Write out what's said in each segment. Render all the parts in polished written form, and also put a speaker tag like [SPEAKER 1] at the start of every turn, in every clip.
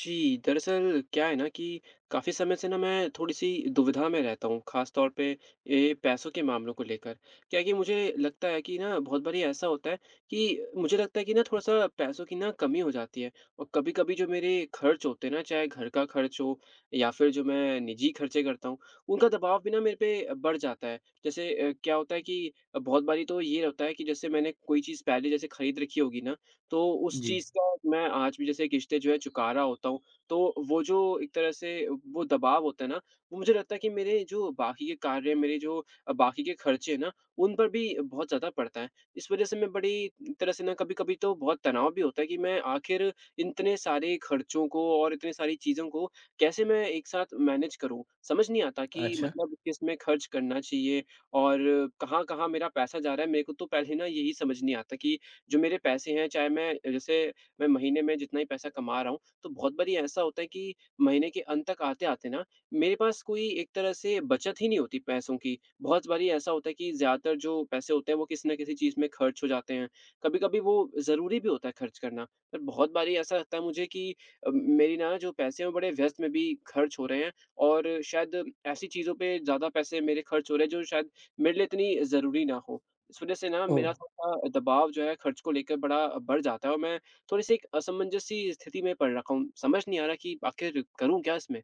[SPEAKER 1] जी, दरअसल क्या है ना कि काफ़ी समय से ना मैं थोड़ी-सी दुविधा में रहता हूँ, ख़ास तौर पे ये पैसों के मामलों को लेकर। क्या है कि मुझे लगता है कि ना बहुत बारी ऐसा होता है कि मुझे लगता है कि ना थोड़ा-सा पैसों की ना कमी हो जाती है और कभी-कभी जो मेरे खर्च होते हैं ना, चाहे घर का खर्च हो या फिर जो मैं निजी खर्चे करता हूँ, उनका दबाव भी ना मेरे पे बढ़ जाता है। जैसे क्या होता है कि बहुत बारी तो ये होता है कि जैसे मैंने कोई चीज़ पहले जैसे खरीद रखी होगी ना, तो उस
[SPEAKER 2] जी।
[SPEAKER 1] चीज़ का मैं आज भी जैसे किश्तें जो है चुका रहा होता हूँ, तो वो जो एक तरह से वो दबाव होता है ना, वो मुझे लगता है कि मेरे जो बाकी के कार्य हैं, मेरे जो बाकी के खर्चे हैं ना, उन पर भी बहुत ज़्यादा पड़ता है। इस वजह से मैं बड़ी एक तरह से ना कभी-कभी तो बहुत तनाव भी होता है कि मैं आखिर इतने सारे खर्चों को और इतनी सारी चीज़ों को कैसे मैं एक साथ मैनेज करूँ? समझ नहीं आता कि
[SPEAKER 2] अच्छा।
[SPEAKER 1] मतलब किस में खर्च करना चाहिए और कहाँ-कहाँ मेरा पैसा जा रहा है, मेरे को तो पहले ना यही समझ नहीं आता कि जो मेरे पैसे हैं, चाहे मैं जैसे मैं महीने में जितना ही पैसा कमा रहा हूँ, तो बहुत बारी ऐसा होता है कि महीने के अंत तक आते-आते ना मेरे पास कोई एक तरह से बचत ही नहीं होती पैसों की। बहुत बारी ऐसा होता है कि ज़्यादातर जो पैसे होते हैं वो किसी न किसी चीज़ में खर्च हो जाते हैं। कभी-कभी वो ज़रूरी भी होता है खर्च करना, पर बहुत बारी ऐसा लगता है मुझे कि मेरी ना जो पैसे हैं वो बड़े व्यस्त में भी खर्च हो रहे हैं और शायद ऐसी चीज़ों पे ज़्यादा पैसे मेरे खर्च हो रहे हैं जो शायद मेरे लिए इतनी ज़रूरी ना हो। इस वजह से ना
[SPEAKER 2] ओह!
[SPEAKER 1] मेरा थोड़ा दबाव जो है खर्च को लेकर बड़ा बढ़ जाता है और मैं थोड़ी-सी एक असमंजस सी स्थिति में पड़ रखा हूँ। समझ नहीं आ रहा कि आखिर करूँ क्या इसमें?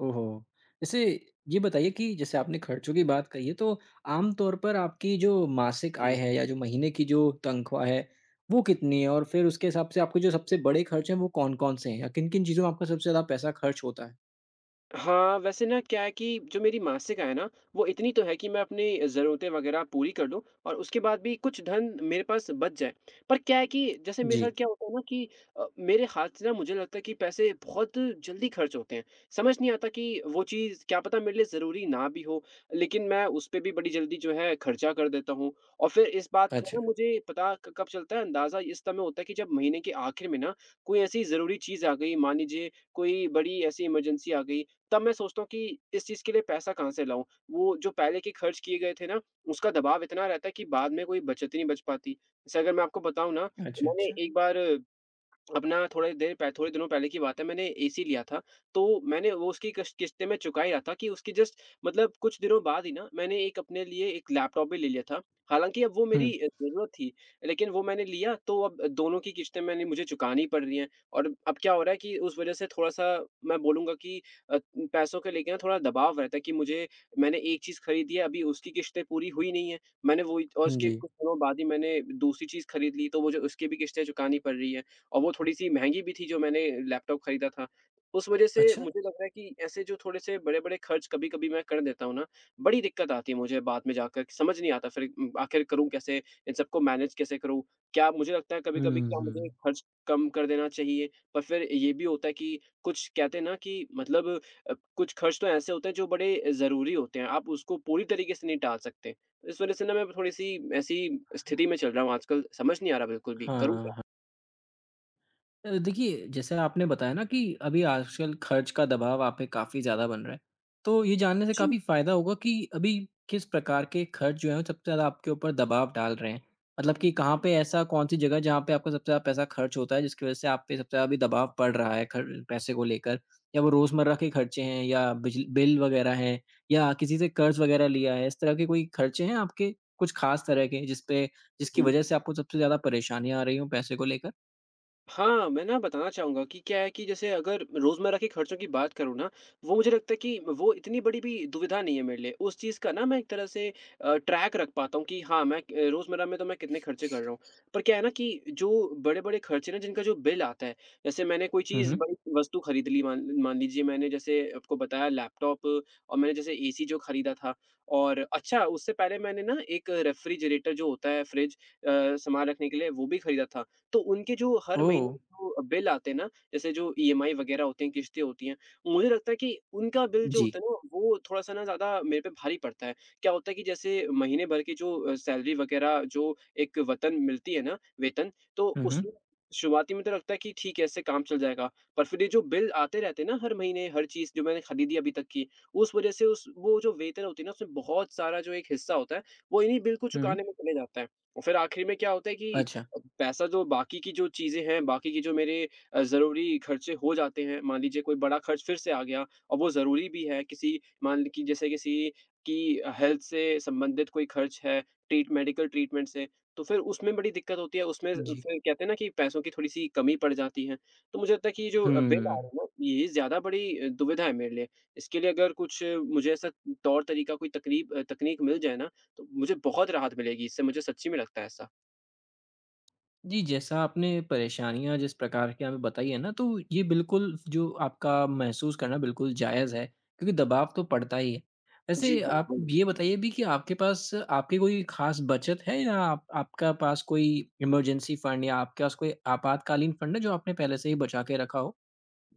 [SPEAKER 2] ओहो! जैसे ये बताइए कि जैसे आपने खर्चों की बात कही है, तो आम तौर पर आपकी जो मासिक आय है या जो महीने की जो तनख्वाह है, वो कितनी है? और फिर उसके हिसाब से आपके जो सबसे बड़े खर्च हैं, वो कौन-कौन से हैं? या किन-किन चीज़ों में आपका सबसे ज़्यादा पैसा खर्च होता है?
[SPEAKER 1] हाँ, वैसे ना क्या है कि जो मेरी मासिक आय है ना, वो इतनी तो है कि मैं अपनी ज़रूरतें वग़ैरह पूरी कर लूँ और उसके बाद भी कुछ धन मेरे पास बच जाए। पर क्या है कि जैसे मेरे साथ
[SPEAKER 2] जी।
[SPEAKER 1] क्या होता है ना कि मेरे हाथ से ना मुझे लगता है कि पैसे बहुत जल्दी खर्च होते हैं। समझ नहीं आता कि वो चीज़ क्या पता मेरे लिए ज़रूरी ना भी हो, लेकिन मैं उस पे भी बड़ी जल्दी जो है खर्चा कर देता हूँ। और फिर इस बात का
[SPEAKER 2] अच्छा।
[SPEAKER 1] ना मुझे पता क कब चलता है, अंदाज़ा इस समय होता है कि जब महीने के आखिर में ना कोई ऐसी ज़रूरी चीज़ आ गई, मान लीजिए कोई बड़ी ऐसी इमरजेंसी आ गई तब मैं सोचता हूँ कि इस चीज़ के लिए पैसा कहाँ से लाऊँ? वो जो पहले के खर्च किए गए थे ना, उसका दबाव इतना रहता है कि बाद में कोई बचत ही नहीं बच पाती। जैसे अगर मैं आपको बताऊँ ना,
[SPEAKER 2] अच्छा,
[SPEAKER 1] मैंने
[SPEAKER 2] अच्छा।
[SPEAKER 1] एक बार अपना थोड़े देर पह थोड़े दिनों पहले की बात है मैंने एसी लिया था, तो मैंने वो उसकी कश किश्तें में चुका ही रहा था कि उसके जस्ट मतलब कुछ दिनों बाद ही ना मैंने एक अपने लिए एक लैपटॉप भी ले लिया था। हालाँकि अब वो
[SPEAKER 2] हुँ।
[SPEAKER 1] मेरी ज़रूरत थी, लेकिन वो मैंने लिया तो अब दोनों की किश्तें मैंने मुझे चुकानी पड़ रही हैं और अब क्या हो रहा है कि उस वज़ह से थोड़ा-सा मैं बोलूँगा कि अ, पैसों को लेके ना थोड़ा दबाव रहता है कि मुझे मैंने एक चीज़ खरीदी है, अभी उसकी किश्तें पूरी हुई नहीं है। मैंने वो ही और उसके
[SPEAKER 2] जी।
[SPEAKER 1] कुछ दिनों बाद ही मैंने दूसरी चीज़ खरीद ली, तो मुझे उसकी भी किश्तें चुकानी पड़ रही हैं। और वो थोड़ी-सी महँगी भी थी जो मैंने लैपटॉप खरीदा था। उस वज़ह से
[SPEAKER 2] अच्छा।
[SPEAKER 1] मुझे लग रहा है कि ऐसे जो थोड़े-से बड़े-बड़े खर्च कभी-कभी मैं कर देता हूँ ना, बड़ी दिक्कत आती है मुझे बाद में जाकर कि समझ नहीं आता फिर आखिर करूँ कैसे? इन सबको मैनेज कैसे करूँ? क्या मुझे लगता है कभी-कभी
[SPEAKER 2] हुँ,
[SPEAKER 1] क्या मुझे
[SPEAKER 2] हुँ।
[SPEAKER 1] खर्च कम कर देना चाहिए? पर फिर ये भी होता है कि कुछ कहते हैं ना कि मतलब कुछ खर्च तो ऐसे होते हैं जो बड़े ज़रूरी होते हैं, आप उसको पूरी तरीके से नहीं टाल सकते। इस वज़ह से ना मैं थोड़ी-सी ऐसी स्थिति में चल रहा हूँ आजकल, समझ नहीं आ रहा बिल्कुल भी, करूँ
[SPEAKER 2] हाँ,
[SPEAKER 1] क्या?
[SPEAKER 2] हाँ। देखिए, जैसे आपने बताया ना कि अभी आजकल खर्च का दबाव आप पे काफ़ी ज़्यादा बन रहा है। तो ये जानने से
[SPEAKER 1] जी।
[SPEAKER 2] काफ़ी फ़ायदा होगा कि अभी किस प्रकार के खर्च जो हैं वो सबसे ज़्यादा आपके ऊपर दबाव डाल रहे हैं? मतलब कि कहाँ पे ऐसा कौन-सी जगह है जहाँ पे आपका सबसे ज़्यादा पैसा खर्च होता है जिसकी वज़ह से आप पे सबसे ज़्यादा अभी दबाव पड़ रहा है खर पैसे को लेकर? या वो रोज़मर्रा के खर्चे हैं या बिजल बिल वग़ैरह हैं या किसी से कर्ज़ वग़ैरह लिया है? इस तरह के कोई खर्चे हैं आपके कुछ ख़ास तरह के जिस पे जिसकी
[SPEAKER 1] हुँ।
[SPEAKER 2] वज़ह से आपको सबसे ज़्यादा परेशानियाँ आ रही हों पैसे को लेकर?
[SPEAKER 1] हाँ, मैं ना बताना चाहूँगा कि क्या है कि जैसे अगर रोज़मर्रा के खर्चों की बात करूँ ना, वो मुझे लगता है कि वो इतनी बड़ी भी दुविधा नहीं है मेरे लिए। उस चीज़ का ना मैं एक तरह से ट्रैक रख पाता हूँ कि हाँ, मैं क रोज़मर्रा में तो मैं कितने खर्चे कर रहा हूँ। पर क्या है ना कि जो बड़े-बड़े खर्चे ना जिनका जो बिल आता है, जैसे मैंने कोई
[SPEAKER 2] हुँ,
[SPEAKER 1] चीज़
[SPEAKER 2] हुँ।
[SPEAKER 1] बड़ी वस्तु खरीद ली मान मान लीजिए मैंने जैसे आपको बताया लैपटॉप और मैंने जैसे एसी जो खरीदा था और अच्छा उससे पहले मैंने ना एक रेफ्रिजरेटर जो होता है फ्रिज सामान रखने के लिए वो भी खरीदा था। तो उनके जो हर
[SPEAKER 2] ओह!
[SPEAKER 1] महीने जो बिल आते हैं ना, जैसे जो ईएमआई वगैरह होती हैं, किश्तें होती हैं, मुझे लगता है कि उनका बिल जो
[SPEAKER 2] जी।
[SPEAKER 1] होता है ना, वो थोड़ा-सा ना ज़्यादा मेरे पे भारी पड़ता है। क्या होता है कि जैसे महीने भर की जो सैलरी वगैरह जो एक वतन मिलती है ना, वेतन, तो
[SPEAKER 2] हुँ, हुँ।
[SPEAKER 1] उसमें शुरुआती में तो लगता है कि ठीक है, इससे काम चल जाएगा। पर फिर ये जो बिल आते रहते हैं ना हर महीने, हर चीज़ जो मैंने खरीदी अभी तक की, उस वजह से उस वो जो वेतन होती है ना, उसमें बहुत सारा जो एक हिस्सा होता है, वो इन्हीं बिल को
[SPEAKER 2] हुँ।
[SPEAKER 1] चुकाने में चले जाता है। और फिर आखिरी में क्या होता है कि
[SPEAKER 2] अच्छा,
[SPEAKER 1] पैसा जो बाकी की जो चीज़ें हैं, बाकी की जो मेरे ज़रूरी खर्चे हो जाते हैं, मान लीजिए कोई बड़ा खर्च फिर से आ गया और वो ज़रूरी भी है, किसी मान कि जैसे किसी की हेल्थ से संबंधित कोई खर्च है, ट्रीट मेडिकल ट्रीटमेंट से, तो फिर उसमें बड़ी दिक्कत होती है, उसमें
[SPEAKER 2] जी।
[SPEAKER 1] फिर कहते हैं ना कि पैसों की थोड़ी-सी कमी पड़ जाती है। तो मुझे लगता है कि ये जो बिल आ रहे
[SPEAKER 2] हुँ।
[SPEAKER 1] हैं ना, ये ज़्यादा बड़ी दुविधा है मेरे लिए। इसके लिए अगर कुछ मुझे ऐसा तौर-तरीका, कोई तकरीब तकनीक मिल जाए ना, तो मुझे बहुत राहत मिलेगी, इससे मुझे सच्ची में लगता है ऐसा।
[SPEAKER 2] जी, जैसा आपने परेशानियाँ जिस प्रकार की हमें बताई है ना, तो ये बिल्कुल जो आपका महसूस करना बिल्कुल जायज़ है, क्योंकि दबाव तो पड़ता ही है।
[SPEAKER 1] जी,
[SPEAKER 2] वैसे आप
[SPEAKER 1] हाँ।
[SPEAKER 2] ये बताइए भी कि आपके पास आपकी कोई ख़ास बचत है या आप आपका पास कोई इमरजेंसी फ़ंड या आपके पास कोई आपातकालीन फ़ंड है, जो आपने पहले से ही बचा के रखा हो?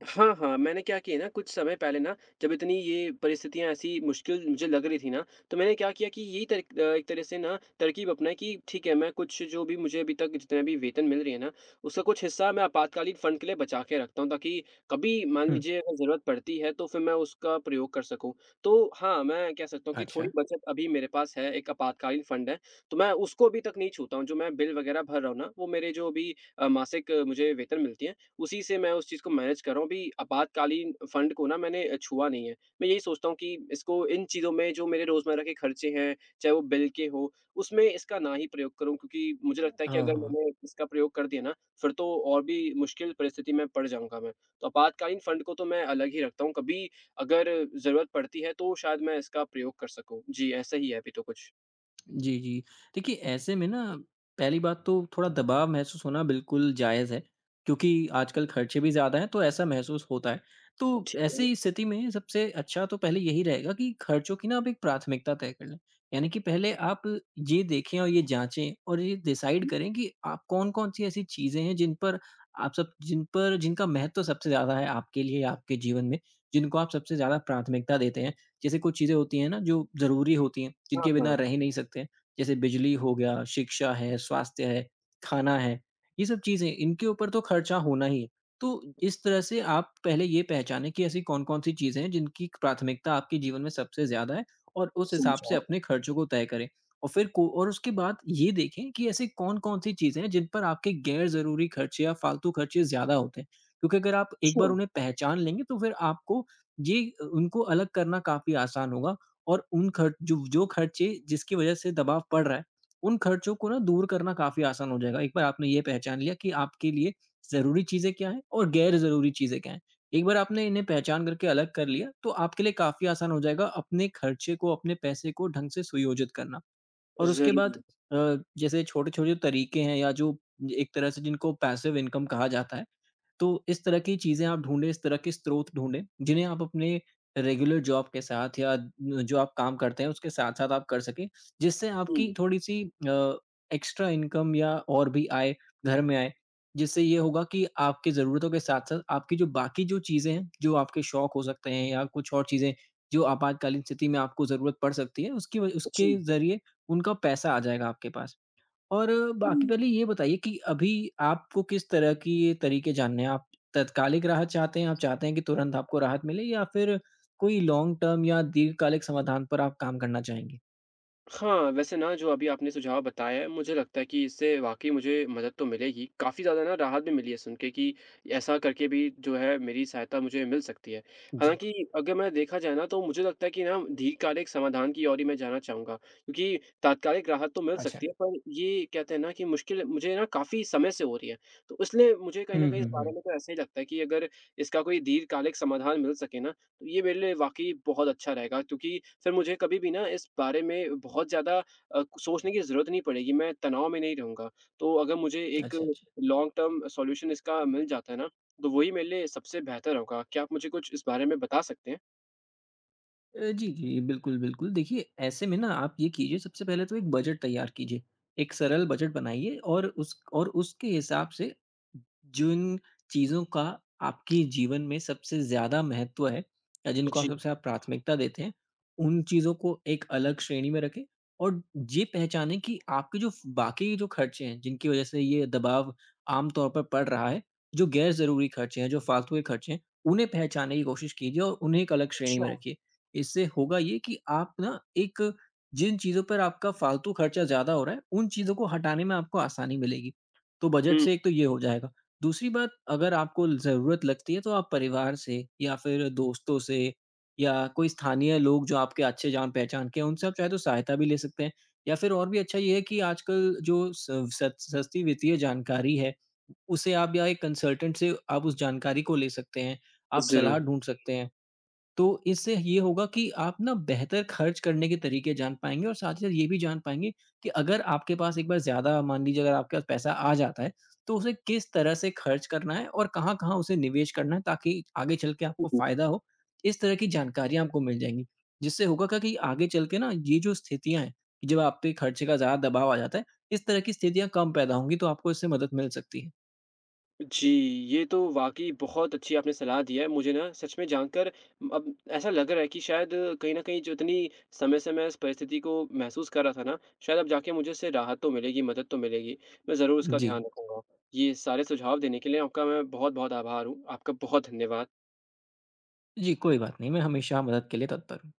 [SPEAKER 1] हाँ, हाँ, मैंने क्या किया ना कुछ समय पहले ना जब इतनी ये परिस्थितियाँ ऐसी मुश्किल मुझे लग रही थी ना, तो मैंने क्या किया कि एक तरह से ना तरकीब अपनाई कि ठीक है, मैं कुछ जो भी मुझे अभी तक जितना भी वेतन मिल रही है ना, उसका कुछ हिस्सा मैं आपातकालीन फ़ंड के लिए बचा के रखता हूँ ताकि कभी मान
[SPEAKER 2] हुँ,
[SPEAKER 1] लीजिए अगर ज़रूरत पड़ती है तो फिर मैं उसका प्रयोग कर सकूँ। तो हाँ, मैं कह सकता हूँ कि थोड़ी
[SPEAKER 2] अच्छा।
[SPEAKER 1] बचत अभी मेरे पास है, एक आपातकालीन फ़ंड है, तो मैं उसको अभी तक नहीं छूता हूँ, जो मैं बिल वग़ैरह भर रहा हूँ ना, वो मेरे जो अभी मासिक मुझे वेतन मिलती है, उसी से मैं उस चीज़ को मैनेज कर रहा हूँ। अभी आपातकालीन फंड को ना मैंने छुआ नहीं है। मैं यही सोचता हूँ कि इसको इन चीज़ों में जो मेरे रोज़मर्रा के खर्चे हैं, चाहे वो बिल के हों, उसमें इसका ना ही प्रयोग करूँ क्योंकि मुझे लगता है कि अगर
[SPEAKER 2] ओह!
[SPEAKER 1] मैंने इसका प्रयोग कर दिया ना, फिर तो और भी मुश्किल परिस्थिति में पड़ जाऊँगा मैं। तो आपातकालीन फंड को तो मैं अलग ही रखता हूँ, कभी अगर ज़रूरत पड़ती है तो शायद मैं इसका प्रयोग कर सकूँ। जी, ऐसा ही है अभी तो कुछ।
[SPEAKER 2] जी, जी। देखिए, ऐसे में ना पहली बात तो थोड़ा दबाव महसूस होना बिल्कुल जायज़ है, क्योंकि आजकल खर्चे भी ज़्यादा हैं, तो ऐसा महसूस होता है। तो
[SPEAKER 1] ठीक है।
[SPEAKER 2] ऐसी स्थिति में सबसे अच्छा तो पहले यही रहेगा कि खर्चों की ना आप एक प्राथमिकता तय कर लें। यानी कि पहले आप ये देखें और ये जाँचें और ये डिसाइड
[SPEAKER 1] हुँ।
[SPEAKER 2] करें कि आप कौन-कौन सी ऐसी चीज़ें हैं जिन पर आप सब जिन पर जिनका महत्व सबसे ज़्यादा है आपके लिए, आपके जीवन में, जिनको आप सबसे ज़्यादा प्राथमिकता देते हैं। जैसे कुछ चीज़ें होती हैं ना जो ज़रूरी होती हैं,
[SPEAKER 1] हाँ,
[SPEAKER 2] जिनके
[SPEAKER 1] हाँ।
[SPEAKER 2] बिना रह ही नहीं सकते, जैसे बिजली हो गया, शिक्षा है, स्वास्थ्य है, खाना है, ये सब चीज़ें इनके ऊपर तो खर्चा होना ही है। तो इस तरह से आप पहले ये पहचानें कि ऐसी कौन-कौन सी चीज़ें हैं जिनकी प्राथमिकता आपके जीवन में सबसे ज़्यादा है और उस हिसाब से
[SPEAKER 1] समझा।
[SPEAKER 2] अपने खर्चों को तय करें। और फिर को और उसके बाद ये देखें कि ऐसी कौन-कौन सी चीज़ें हैं जिन पर आपके गैर ज़रूरी खर्चे या फालतू खर्चे ज़्यादा होते हैं। क्योंकि अगर आप एक
[SPEAKER 1] अच्छा।
[SPEAKER 2] बार उन्हें पहचान लेंगे तो फिर आपको उनको अलग करना काफ़ी आसान होगा और उन खर्च जो जो खर्चे जिसकी वजह से दबाव पड़ रहा है, उन खर्चों को ना दूर करना काफ़ी आसान हो जाएगा। एक बार आपने ये पहचान लिया कि आपके लिए ज़रूरी चीज़ें क्या हैं और गैर ज़रूरी चीज़ें क्या हैं। एक बार आपने इन्हें पहचान करके अलग कर लिया, तो आपके लिए काफ़ी आसान हो जाएगा अपने खर्चे को, अपने पैसे को ढंग से सुयोजित करना। और उसके बाद
[SPEAKER 1] ज़रूर।
[SPEAKER 2] अ, जैसे छोटे-छोटे तरीके हैं या जो एक तरह से जिनको पैसिव इनकम कहा जाता है, तो इस तरह की चीज़ें आप ढूँढें, इस तरह के स्रोत ढूँढें, जिन्हें आप अपने रेगुलर जॉब के साथ या जो आप काम करते हैं, उसके साथ-साथ आप कर सकें, जिससे
[SPEAKER 1] हुँ।
[SPEAKER 2] आपकी थोड़ी-सी अ, एक्स्ट्रा इनकम या और भी आय घर में आए। जिससे ये होगा कि आपकी ज़रूरतों के साथ-साथ आपकी जो बाकी जो चीज़ें हैं, जो आपके शौक हो सकते हैं या कुछ और चीज़ें जो आपातकालीन स्थिति में आपको ज़रूरत पड़ सकती है, उसकी व
[SPEAKER 1] जी।
[SPEAKER 2] उसके ज़रिए उनका पैसा आ जाएगा आपके पास। और बाकी पहले
[SPEAKER 1] हुँ।
[SPEAKER 2] ये बताइए कि अभी आपको किस तरह की तरीके जानने हैं? आप तत्कालिक राहत चाहते हैं? आप चाहते हैं कि तुरंत आपको राहत मिले या फिर कोई लॉन्ग टर्म या दीर्घकालिक समाधान पर आप काम करना चाहेंगे?
[SPEAKER 1] हाँ, वैसे ना जो अभी आपने सुझाव बताया है, मुझे लगता है कि इससे वाक़ई मुझे मदद तो मिलेगी। काफ़ी ज़्यादा ना राहत भी मिली है सुन के कि ऐसा करके भी जो है मेरी सहायता मुझे मिल सकती है।
[SPEAKER 2] जी।
[SPEAKER 1] हालाँकि अगर मैं देखा जाए ना तो मुझे लगता है कि ना दीर्घकालिक समाधान की ओर ही मैं जाना चाहूँगा क्योंकि तात्कालिक राहत तो मिल
[SPEAKER 2] अच्छा।
[SPEAKER 1] सकती है पर ये कहते हैं ना कि मुश्किल मुझे ना काफ़ी समय से हो रही है। तो इसलिए मुझे कहीं न
[SPEAKER 2] हुँ,
[SPEAKER 1] कहीं इस
[SPEAKER 2] हुँ,
[SPEAKER 1] बारे
[SPEAKER 2] हुँ।
[SPEAKER 1] में तो ऐसा ही लगता है कि अगर इसका कोई दीर्घकालिक समाधान मिल सके ना तो ये मेरे लिए वाक़ई बहुत अच्छा रहेगा क्योंकि फिर मुझे कभी भी ना इस बारे में बहुत ज़्यादा सोचने की ज़रूरत नहीं पड़ेगी, मैं तनाव में नहीं रहूँगा। तो अगर मुझे एक
[SPEAKER 2] अच्छा, अच्छा।
[SPEAKER 1] लॉन्ग टर्म सॉल्यूशन इसका मिल जाता है ना, तो वही मेरे लिए सबसे बेहतर होगा। क्या आप मुझे कुछ इस बारे में बता सकते हैं?
[SPEAKER 2] जी, जी। बिल्कुल, बिल्कुल। देखिए, ऐसे में ना आप ये कीजिए, सबसे पहले तो एक बजट तैयार कीजिए। एक सरल बजट बनाइए और उस और उसके हिसाब से जिन चीज़ों का आपके जीवन में सबसे ज़्यादा महत्व है या जिनको आप
[SPEAKER 1] जी,
[SPEAKER 2] सबसे आप प्राथमिकता देते हैं, उन चीज़ों को एक अलग श्रेणी में रखें और ये पहचानें कि आपके जो बाकी जो खर्चे हैं, जिनकी वज़ह से ये दबाव आम तौर पर पड़ रहा है, जो गैर ज़रूरी खर्चे हैं, जो फ़ालतू के खर्चे हैं, उन्हें पहचानने की कोशिश कीजिए और उन्हें एक अलग श्रेणी
[SPEAKER 1] अच्छा।
[SPEAKER 2] में रखिए। इससे होगा ये कि आप ना एक जिन चीज़ों पर आपका फालतू खर्चा ज़्यादा हो रहा है, उन चीज़ों को हटाने में आपको आसानी मिलेगी। तो बजट
[SPEAKER 1] हुँ,
[SPEAKER 2] से एक तो ये हो जाएगा। दूसरी बात, अगर आपको ज़रूरत लगती है तो आप परिवार से या फिर दोस्तों से या कोई स्थानीय लोग जो आपके अच्छे जान-पहचान के हैं, उनसे आप चाहे तो सहायता भी ले सकते हैं। या फिर और भी अच्छा ये है कि आजकल जो स सत सस्ती वित्तीय जानकारी है, उसे आप या एक कंसल्टेंट से आप उस जानकारी को ले सकते हैं, आप सलाह
[SPEAKER 1] ज़रूर।
[SPEAKER 2] ढूँढ सकते हैं। तो इससे ये होगा कि आप ना बेहतर खर्च करने के तरीके जान पाएँगे और साथ ही साथ ये भी जान पाएँगे कि अगर आपके पास एक बार ज़्यादा मान लीजिए अगर आपके पास पैसा आ जाता है, तो उसे किस तरह से खर्च करना है और कहाँ-कहाँ उसे निवेश करना है ताकि आगे चल के आपको फ़ायदा हो। इस तरह की जानकारियाँ आपको मिल जाएँगी, जिससे होगा क्या कि आगे चल के ना ये जो स्थितियाँ हैं, कि जब आप पे खर्चे का ज़्यादा दबाव आ जाता है, इस तरह की स्थितियाँ कम पैदा होंगी, तो आपको इससे मदद मिल सकती है।
[SPEAKER 1] जी, ये तो वाक़ई बहुत अच्छी आपने सलाह दी है। मुझे ना सच में जानकर अब ऐसा लग रहा है कि शायद कहीं न कहीं जो इतनी समय से मैं इस परिस्थिति को महसूस कर रहा था ना, शायद अब जाके मुझे इससे राहत तो मिलेगी, मदद तो मिलेगी। मैं ज़रूर इसका
[SPEAKER 2] जी।
[SPEAKER 1] ध्यान रखूँगा। ये सारे सुझाव देने के लिए आपका मैं बहुत-बहुत आभार हूँ। आपका बहुत धन्यवाद।
[SPEAKER 2] जी, कोई बात नहीं, मैं हमेशा मदद के लिए तत्पर हूँ।